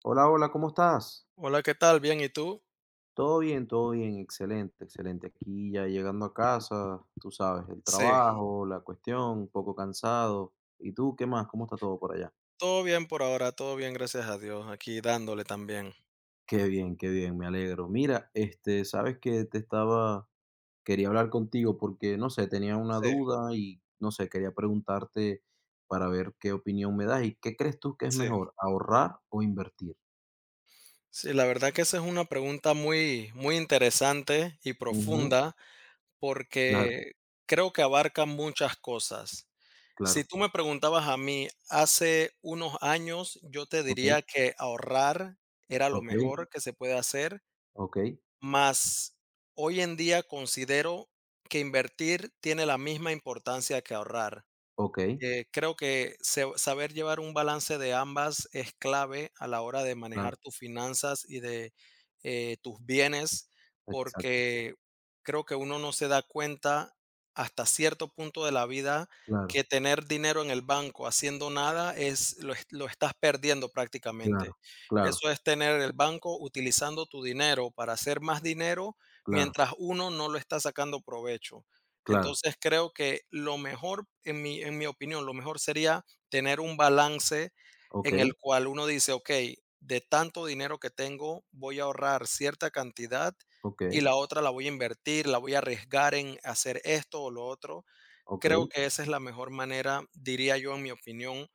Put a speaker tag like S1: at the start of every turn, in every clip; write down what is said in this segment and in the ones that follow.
S1: Hola, hola, ¿cómo estás?
S2: Hola, ¿qué tal? Bien, ¿y tú?
S1: Todo bien, excelente, excelente. Aquí ya llegando a casa, tú sabes, el
S2: Sí.
S1: trabajo, la cuestión, un poco cansado. ¿Y tú qué más? ¿Cómo está todo por allá?
S2: Todo bien por ahora, todo bien, gracias a Dios, aquí dándole también.
S1: Qué bien, me alegro. Mira, sabes que quería hablar contigo porque, no sé, tenía una
S2: Sí,
S1: duda y, no sé, quería preguntarte para ver qué opinión me das y qué crees tú que es
S2: sí.
S1: mejor, ahorrar o invertir.
S2: Sí, la verdad que esa es una pregunta muy, muy interesante y
S1: Ujú.
S2: profunda
S1: Claro,
S2: porque creo que abarca muchas cosas. Si
S1: claro.
S2: tú me preguntabas a mí hace unos años, yo te
S1: Ok,
S2: diría que ahorrar era lo
S1: ok,
S2: mejor que se puede hacer,
S1: ok,
S2: mas hoy en día considero que invertir tiene la misma importancia que ahorrar.
S1: ok,
S2: Creo que saber llevar un balance de ambas es clave a la hora de
S1: claro,
S2: manejar tus finanzas y de tus bienes,
S1: exacto.
S2: porque creo que uno no se da cuenta hasta cierto punto de la vida
S1: Claro,
S2: que tener dinero en el banco haciendo nada lo estás perdiendo
S1: claro,
S2: prácticamente.
S1: claro,
S2: Eso es tener el banco utilizando tu dinero para hacer más dinero
S1: claro,
S2: mientras uno no lo está sacando provecho.
S1: claro.
S2: Entonces creo que lo mejor, en mi opinión, lo mejor sería tener un balance en
S1: Okey,
S2: el cual uno dice, ok, de tanto dinero que tengo, voy a ahorrar cierta cantidad y
S1: okey,
S2: la otra la voy a invertir, la voy a arriesgar en hacer esto o lo otro. Creo
S1: okey.
S2: que esa es la mejor manera, diría yo, en mi opinión,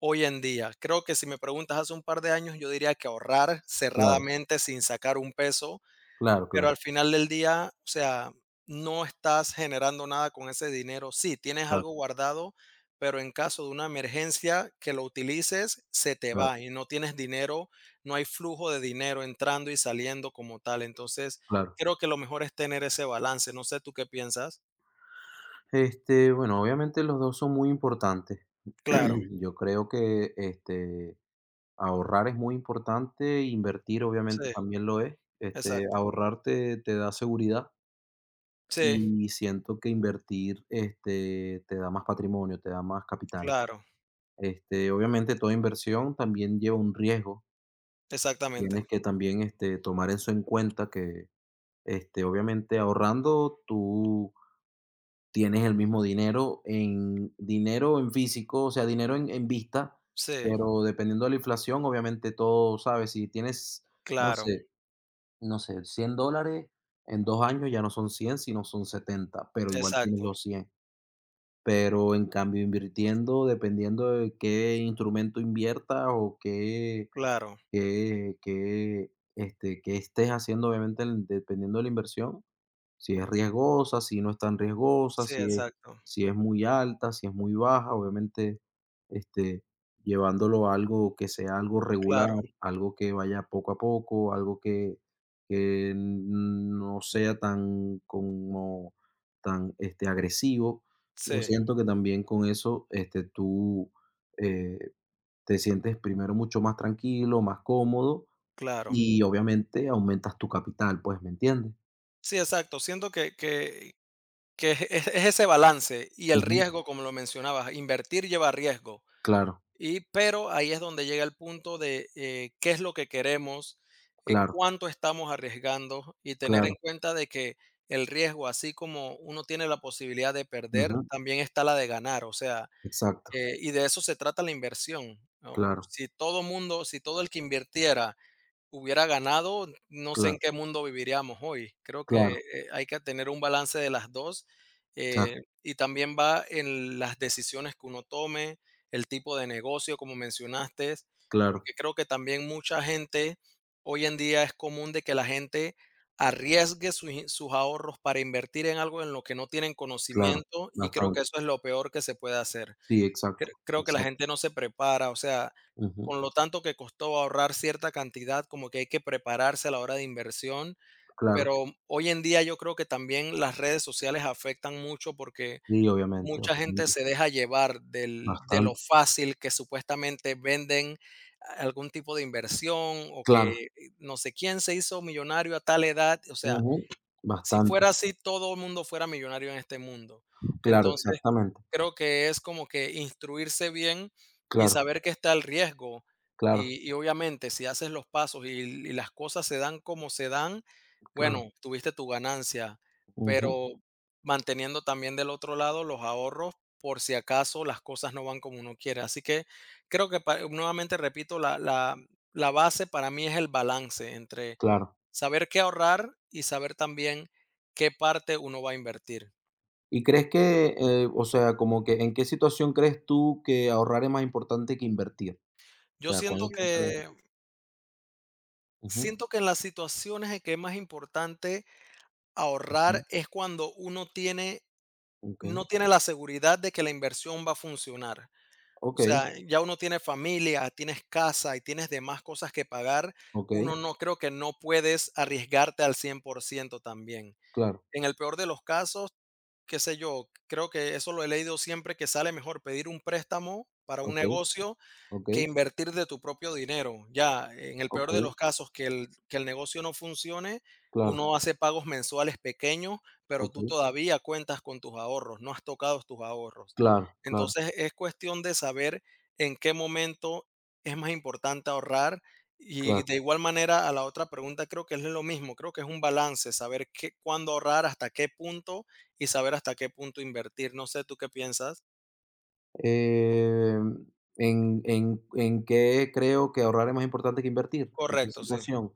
S2: hoy en día. Creo que si me preguntas hace un par de años, yo diría que ahorrar
S1: Claro,
S2: cerradamente sin sacar un peso,
S1: claro,
S2: pero
S1: claro,
S2: al final del día, o sea, no estás generando nada con ese dinero. Sí, tienes
S1: claro,
S2: algo guardado, pero en caso de una emergencia que lo utilices, se te
S1: claro,
S2: va y no tienes dinero, no hay flujo de dinero entrando y saliendo como tal. Entonces,
S1: claro.
S2: creo que lo mejor es tener ese balance. No sé tú qué piensas.
S1: Bueno, obviamente los 2 son muy importantes.
S2: Claro,
S1: Yo creo que, ahorrar es muy importante, invertir obviamente
S2: sí,
S1: también lo es.
S2: exacto.
S1: Ahorrar te da seguridad,
S2: Sí,
S1: y siento que invertir, te da más patrimonio, te da más capital.
S2: claro,
S1: Obviamente toda inversión también lleva un riesgo. Tienes
S2: exactamente.
S1: que también, tomar eso en cuenta que, obviamente ahorrando tú tienes el mismo dinero en dinero en físico, o sea, dinero en vista,
S2: Sí,
S1: pero dependiendo de la inflación, obviamente todo, ¿sabes? Si tienes, no
S2: claro,
S1: sé no sé, $100 en 2 años ya no son 100, sino son 70, pero igual tienes
S2: exacto,
S1: los 100. Pero en cambio, invirtiendo, dependiendo de qué instrumento inviertas o qué
S2: claro,
S1: que este, que estés haciendo, obviamente, el dependiendo de la inversión, si es riesgosa, si no es tan riesgosa,
S2: sí,
S1: si es
S2: exacto,
S1: si es muy alta, si es muy baja, obviamente, este, llevándolo a algo que sea algo regular,
S2: claro,
S1: algo que vaya poco a poco, algo que no sea tan como tan, agresivo. Yo
S2: sí,
S1: siento que también con eso, tú, eh te sientes primero mucho más tranquilo, más cómodo
S2: claro.
S1: y obviamente aumentas tu capital, pues, ¿me entiendes?
S2: Sí, exacto. Siento que es ese balance y el
S1: Ujú.
S2: riesgo, como lo mencionabas, invertir lleva riesgo.
S1: Claro,
S2: Y, pero ahí es donde llega el punto de qué es lo que queremos,
S1: claro,
S2: cuánto estamos arriesgando y tener en
S1: claro.
S2: cuenta de que el riesgo, así como uno tiene la posibilidad de perder,
S1: Ujú.
S2: también está la de ganar. O sea,
S1: Exacto.
S2: y de eso se trata la inversión, ¿no?
S1: Claro,
S2: Si todo mundo, si todo el que invirtiera hubiera ganado, no sé en
S1: claro,
S2: qué mundo viviríamos hoy. Creo que,
S1: claro,
S2: hay que tener un balance de las dos,
S1: exacto,
S2: eh, y también va en las decisiones que uno tome, el tipo de negocio, como mencionaste,
S1: claro,
S2: porque creo que también mucha gente hoy en día es común de que la gente arriesgue sus ahorros para invertir en algo en lo que no tienen
S1: claro,
S2: conocimiento, y creo que
S1: bastante.
S2: eso es lo peor que se puede hacer.
S1: Sí, exacto,
S2: Creo que la
S1: exacto.
S2: gente no se prepara, o sea,
S1: Ujú,
S2: con lo tanto que costó ahorrar cierta cantidad, como que hay que prepararse a la hora de inversión,
S1: claro.
S2: pero hoy en día yo creo que también las redes sociales afectan mucho porque
S1: Sí, obviamente,
S2: mucha gente
S1: bastante,
S2: se deja llevar del de lo
S1: bastante.
S2: fácil que supuestamente venden algún tipo de inversión o que
S1: Claro.
S2: no sé quién se hizo millonario a tal edad, o sea,
S1: Ujú.
S2: si
S1: Bastante.
S2: fuera así, todo el mundo fuera millonario en este mundo.
S1: Claro,
S2: Entonces
S1: exactamente.
S2: creo que es como que instruirse bien y
S1: Claro,
S2: saber que está el riesgo.
S1: claro,
S2: Y obviamente, si haces los pasos y las cosas se dan como se dan,
S1: claro.
S2: bueno, tuviste tu ganancia,
S1: Ujú,
S2: pero manteniendo también del otro lado los ahorros por si acaso las cosas no van como uno quiere. Así que creo que, nuevamente repito, la, la base para mí es el balance entre
S1: claro.
S2: saber qué ahorrar y saber también qué parte uno va a invertir.
S1: ¿Y crees que, o sea, como que en qué situación crees tú que ahorrar es más importante que invertir? O
S2: Yo
S1: sea, ¿cuándo
S2: siento
S1: tú crees?
S2: que
S1: Ujú,
S2: Siento que en las situaciones en que es más importante
S1: ujú,
S2: ahorrar es cuando uno tiene
S1: okey,
S2: no tiene la seguridad de que la inversión va a funcionar. O
S1: okey,
S2: sea, ya uno tiene familia, tienes casa y tienes demás cosas que pagar. Uno
S1: okey,
S2: no creo que no puedes arriesgarte al 100% también.
S1: claro,
S2: En el peor de los casos, qué sé yo, creo que eso lo he leído siempre, que sale mejor pedir un préstamo para un
S1: okey,
S2: negocio
S1: okey,
S2: que invertir de tu propio dinero. Ya, en el peor de
S1: okey,
S2: los casos, que el negocio no funcione,
S1: claro,
S2: uno hace pagos mensuales pequeños, pero tú
S1: okey,
S2: todavía cuentas con tus ahorros, no has tocado tus ahorros.
S1: claro, claro,
S2: Entonces, es cuestión de saber en qué momento es más importante ahorrar.
S1: claro.
S2: Y de igual manera a la otra pregunta creo que es lo mismo, creo que es un balance, saber qué, cuándo ahorrar, hasta qué punto, y saber hasta qué punto invertir. No sé, ¿tú qué piensas?
S1: Em, ¿en qué creo que ahorrar es más importante que invertir? ¿En qué
S2: Correcto, sí,
S1: situación?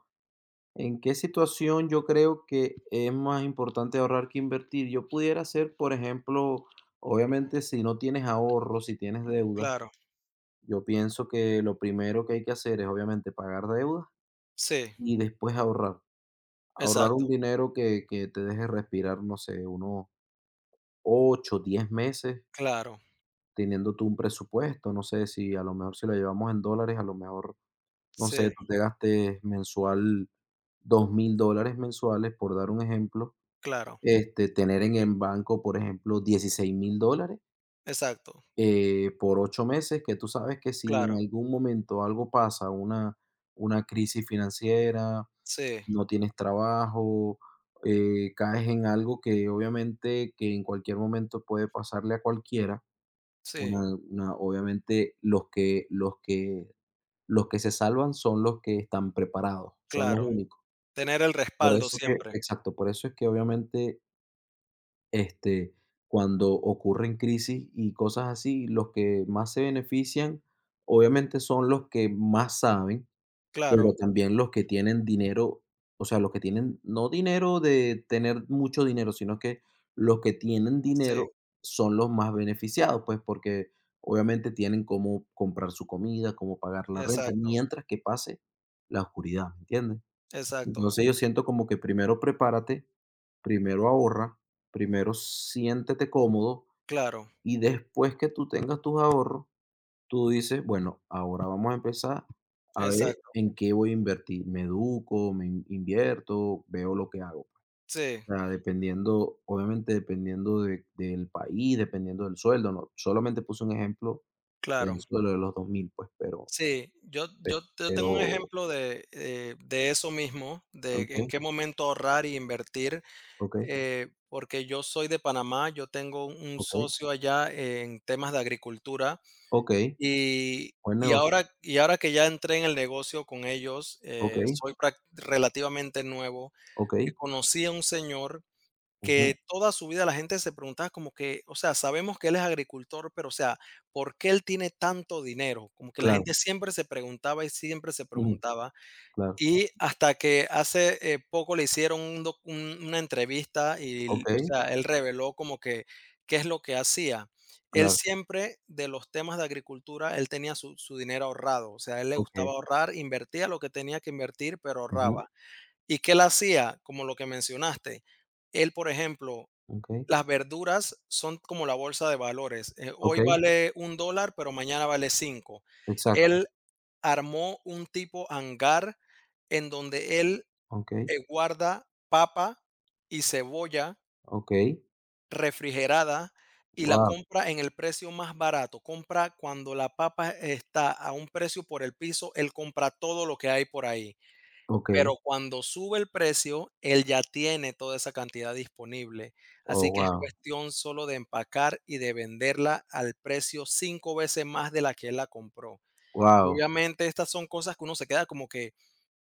S1: ¿En qué situación yo creo que es más importante ahorrar que invertir? Yo pudiera ser, por ejemplo, obviamente si no tienes ahorros, si tienes deudas,
S2: claro,
S1: yo pienso que lo primero que hay que hacer es obviamente pagar deudas
S2: sí,
S1: y después ahorrar. Ahorrar un
S2: exacto.
S1: dinero que te deje respirar, no sé, unos 8, 10 meses
S2: Claro,
S1: teniendo tú un presupuesto, no sé si a lo mejor si lo llevamos en dólares, a lo mejor, no sé,
S2: sí,
S1: tú te gastes mensual $2,000 mensuales, por dar un ejemplo.
S2: claro,
S1: Tener en el banco, por ejemplo, $16,000,
S2: exacto,
S1: por 8 meses, que tú sabes que si en
S2: claro,
S1: algún momento algo pasa, una crisis financiera,
S2: sí,
S1: no tienes trabajo, caes en algo que obviamente que en cualquier momento puede pasarle a cualquiera,
S2: sí,
S1: una una obviamente los que se salvan son los que están preparados, son los
S2: claro.
S1: únicos.
S2: Tener el
S1: Por
S2: respaldo
S1: eso que
S2: siempre,
S1: exacto, por eso es que obviamente Este, cuando ocurren crisis y cosas así, los que más se benefician, obviamente, son los que más saben,
S2: claro,
S1: pero también los que tienen dinero, o sea, los que tienen, no dinero de tener mucho dinero, sino que los que tienen
S2: sí,
S1: dinero son los más beneficiados, pues, porque obviamente tienen cómo comprar su comida, cómo pagar la renta,
S2: exacto,
S1: mientras que pase la oscuridad, ¿me entiendes?
S2: exacto,
S1: Entonces yo siento como que primero prepárate, primero ahorra, primero siéntete cómodo
S2: claro,
S1: y después que tú tengas tus ahorros, tú dices, bueno, ahora vamos a empezar a ver
S2: exacto,
S1: en qué voy a invertir. Me educo, me invierto, veo lo que hago.
S2: sí,
S1: O sea, dependiendo, obviamente dependiendo del país, dependiendo del sueldo, no, solamente puse un ejemplo del
S2: claro.
S1: sueldo de los 2,000 pues, pero,
S2: Sí, yo,
S1: pe-
S2: yo, yo tengo un
S1: pero,
S2: ejemplo de eso mismo, de en
S1: ok,
S2: qué momento ahorrar y invertir,
S1: ok,
S2: porque yo soy de Panamá, yo tengo un
S1: ok,
S2: socio allá en temas de agricultura.
S1: ok,
S2: Y
S1: buen
S2: y
S1: negocio,
S2: ahora y ahora que ya entré en el negocio con ellos,
S1: ok,
S2: soy prac relativamente nuevo,
S1: ok.
S2: conocí a un señor
S1: Ujú,
S2: que toda su vida la gente se preguntaba como que, o sea, sabemos que él es agricultor, pero, o sea, ¿por qué él tiene tanto dinero? Como que la
S1: claro,
S2: gente siempre se preguntaba y siempre se
S1: ujú,
S2: preguntaba.
S1: claro.
S2: Y hasta que hace poco le hicieron un doc un una entrevista y, o
S1: Okey,
S2: sea, él reveló como que qué es lo que hacía. Él
S1: claro,
S2: siempre, de los temas de agricultura, él tenía su dinero ahorrado, o sea, a él le gustaba
S1: okey.
S2: ahorrar, invertía lo que tenía que invertir, pero
S1: Ujú,
S2: ahorraba. ¿Y qué él hacía? Como lo que mencionaste, él, por ejemplo,
S1: okey,
S2: las verduras son como la bolsa de valores, hoy
S1: okey,
S2: vale $1 pero mañana vale 5.
S1: exacto,
S2: Él armó un tipo hangar en donde él,
S1: okey,
S2: eh, guarda papa y cebolla
S1: okey,
S2: refrigerada y la
S1: guau,
S2: compra en el precio más barato. Compra cuando la papa está a un precio por el piso, él compra todo lo que hay por ahí,
S1: okey,
S2: pero cuando sube el precio, él ya tiene toda esa cantidad disponible.
S1: oh,
S2: Así que es
S1: guau,
S2: cuestión solo de empacar y de venderla al precio 5 veces más de la que él la compró. Y
S1: guau,
S2: obviamente estas son cosas que uno se queda como que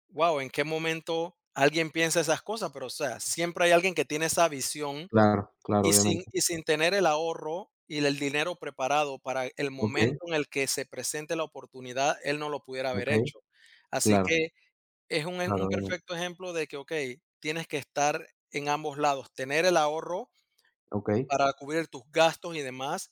S2: wow, ¿en qué momento alguien piensa esas cosas? Pero, o sea, siempre hay alguien que tiene esa visión
S1: claro, claro,
S2: y sin,
S1: obviamente.
S2: y sin tener el ahorro y el dinero preparado para el momento
S1: Okey,
S2: en el que se presente la oportunidad, él no lo pudiera haber
S1: okey,
S2: hecho. Así
S1: claro,
S2: que es un, e-
S1: claro,
S2: un
S1: obviamente.
S2: perfecto ejemplo de que, ok, tienes que estar en ambos lados, tener el ahorro
S1: Okey,
S2: para cubrir tus gastos y demás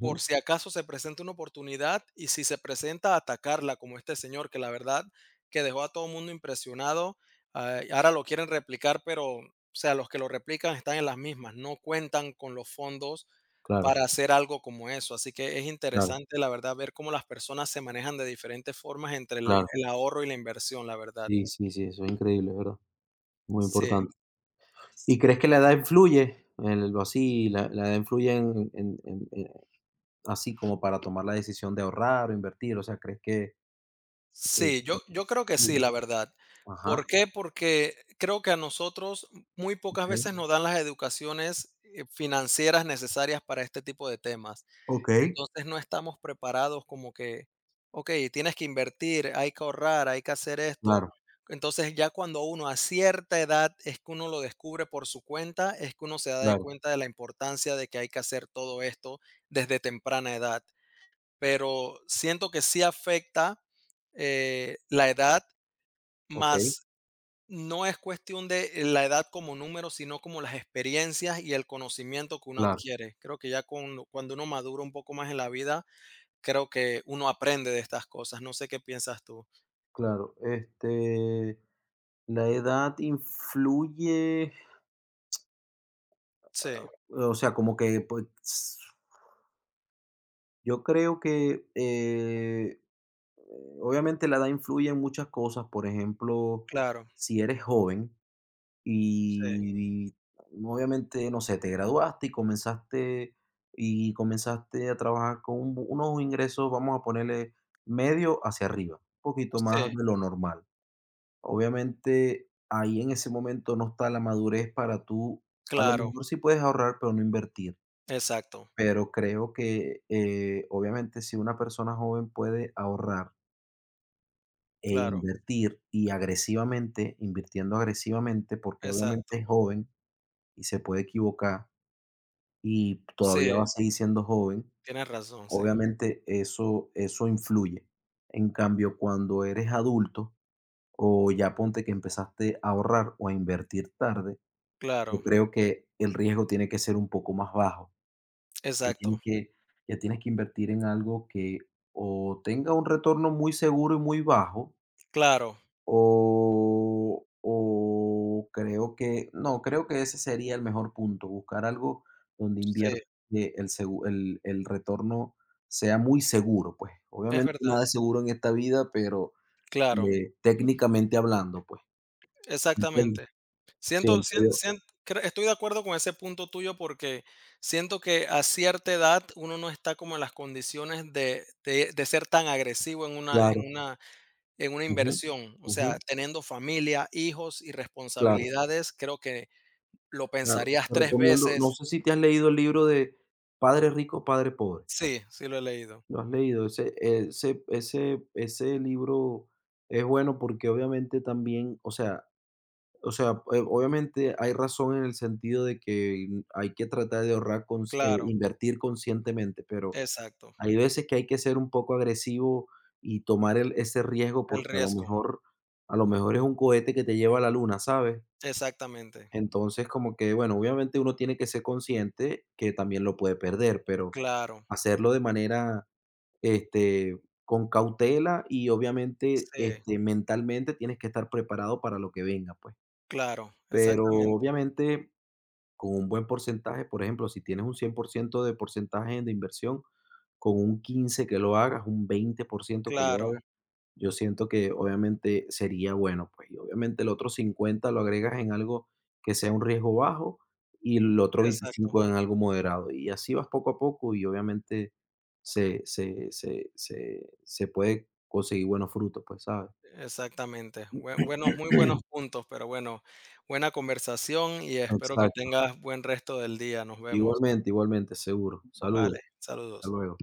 S2: por si acaso se presenta una oportunidad y si se presenta atacarla como este señor, que la verdad que dejó a todo el mundo impresionado. Ah, y ahora lo quieren replicar, pero o sea, los que lo replican están en las mismas, no cuentan con los fondos
S1: claro,
S2: para hacer algo como eso. Así que es
S1: claro,
S2: interesante, la verdad, ver cómo las personas se manejan de diferentes formas entre el,
S1: claro.
S2: el ahorro y la inversión, la verdad.
S1: Sí, sí, sí, eso es increíble, es verdad, muy
S2: Sí.
S1: importante. ¿Y crees que la edad influye? La edad influye en así como para tomar la decisión de ahorrar o invertir, o sea, ¿crees que que
S2: Sí,
S1: que
S2: yo creo que sí,
S1: influye?
S2: la verdad.
S1: Ajá,
S2: ¿Por qué? Porque creo que a nosotros muy pocas
S1: okey.
S2: veces nos dan las educaciones, financieras necesarias para este tipo de temas.
S1: Okey,
S2: Entonces, no estamos preparados como que, okey, tienes que invertir, hay que ahorrar, hay que hacer esto.
S1: claro,
S2: Entonces, ya cuando uno a cierta edad es que uno lo descubre por su cuenta, es que uno se da de
S1: claro,
S2: cuenta de la importancia de que hay que hacer todo esto desde temprana edad, pero siento que sí afecta la edad,
S1: okey,
S2: más no es cuestión de la edad como número, sino como las experiencias y el conocimiento que uno
S1: claro,
S2: adquiere. Creo que ya con cuando uno madura un poco más en la vida, creo que uno aprende de estas cosas. No sé qué piensas tú.
S1: claro. La edad influye,
S2: Sí,
S1: o sea, como que, pues, yo creo que, obviamente la edad influye en muchas cosas, por ejemplo,
S2: claro,
S1: si eres joven
S2: sí,
S1: y obviamente, no sé, te graduaste y comenzaste a trabajar con unos ingresos, vamos a ponerle medio hacia arriba, un poquito más
S2: sí,
S1: de lo normal. Obviamente, ahí en ese momento no está la madurez para tú, a lo
S2: claro,
S1: mejor sí puedes ahorrar, pero no invertir.
S2: exacto,
S1: Pero creo que, obviamente, si una persona joven puede ahorrar e
S2: claro,
S1: invertir y agresivamente, invirtiendo agresivamente, porque obviamente
S2: exacto.
S1: es joven y se puede equivocar y todavía
S2: Sí,
S1: va a seguir siendo joven,
S2: tienes razón, sí,
S1: obviamente eso, eso influye. En cambio, cuando eres adulto o ya ponte que empezaste a ahorrar o a invertir tarde, yo
S2: claro,
S1: creo que el riesgo tiene que ser un poco más bajo. Ya tienes
S2: exacto,
S1: que ya tienes que invertir en algo que o tenga un retorno muy seguro y muy bajo,
S2: claro,
S1: o creo que no, creo que ese sería el mejor punto, buscar algo donde
S2: sí,
S1: invierta el retorno sea muy seguro, pues.
S2: es
S1: Obviamente,
S2: verdad,
S1: nada es seguro en esta vida, pero,
S2: claro,
S1: técnicamente hablando, pues, ¿me entiendes?
S2: exactamente. Siento,
S1: Siento
S2: sien-
S1: yo.
S2: sien- cre- Estoy de acuerdo con ese punto tuyo porque siento que a cierta edad uno no está como en las condiciones de ser tan agresivo en una, en
S1: Claro.
S2: una, en una
S1: Ujú,
S2: inversión. O
S1: ujú,
S2: sea, teniendo familia, hijos y
S1: claro.
S2: responsabilidades, creo que lo
S1: Claro,
S2: pensarías
S1: te
S2: tres
S1: recomiendo, no
S2: veces.
S1: sé si te has leído el libro de Padre Rico, Padre Pobre.
S2: Sí, sí lo he leído.
S1: ¿Lo has leído? Ese libro es bueno porque obviamente también, obviamente hay razón en el sentido de que hay que tratar de ahorrar cons
S2: Claro,
S1: invertir conscientemente, pero
S2: exacto.
S1: hay veces que hay que ser un poco agresivo y tomar el ese riesgo
S2: El
S1: porque
S2: riesgo.
S1: a lo mejor es un cohete que te lleva a la luna, ¿sabes?
S2: Exactamente.
S1: Entonces, como que, bueno, obviamente uno tiene que ser consciente que también lo puede perder, pero
S2: Claro,
S1: hacerlo de manera, con cautela y obviamente,
S2: sí,
S1: mentalmente tienes que estar preparado para lo que venga, pues.
S2: claro,
S1: Pero
S2: exactamente.
S1: obviamente con un buen porcentaje, por ejemplo, si tienes un 100% de porcentaje de inversión, con un 15 que lo hagas, un 20% que lo
S2: Claro,
S1: hagas yo siento que obviamente sería bueno, pues, y obviamente el otro 50 lo agregas en algo que sea un riesgo bajo y el otro
S2: exacto.
S1: 25 en algo moderado. Y así vas poco a poco y obviamente se puede conseguir buenos frutos, pues, ¿sabes?
S2: Exactamente. Buenos, muy buenos puntos, pero bueno, buena conversación y espero que
S1: Exacto.
S2: tengas buen resto del día. Nos vemos.
S1: Igualmente, igualmente, seguro.
S2: Vale,
S1: Saludos. Hasta
S2: saludos.
S1: luego.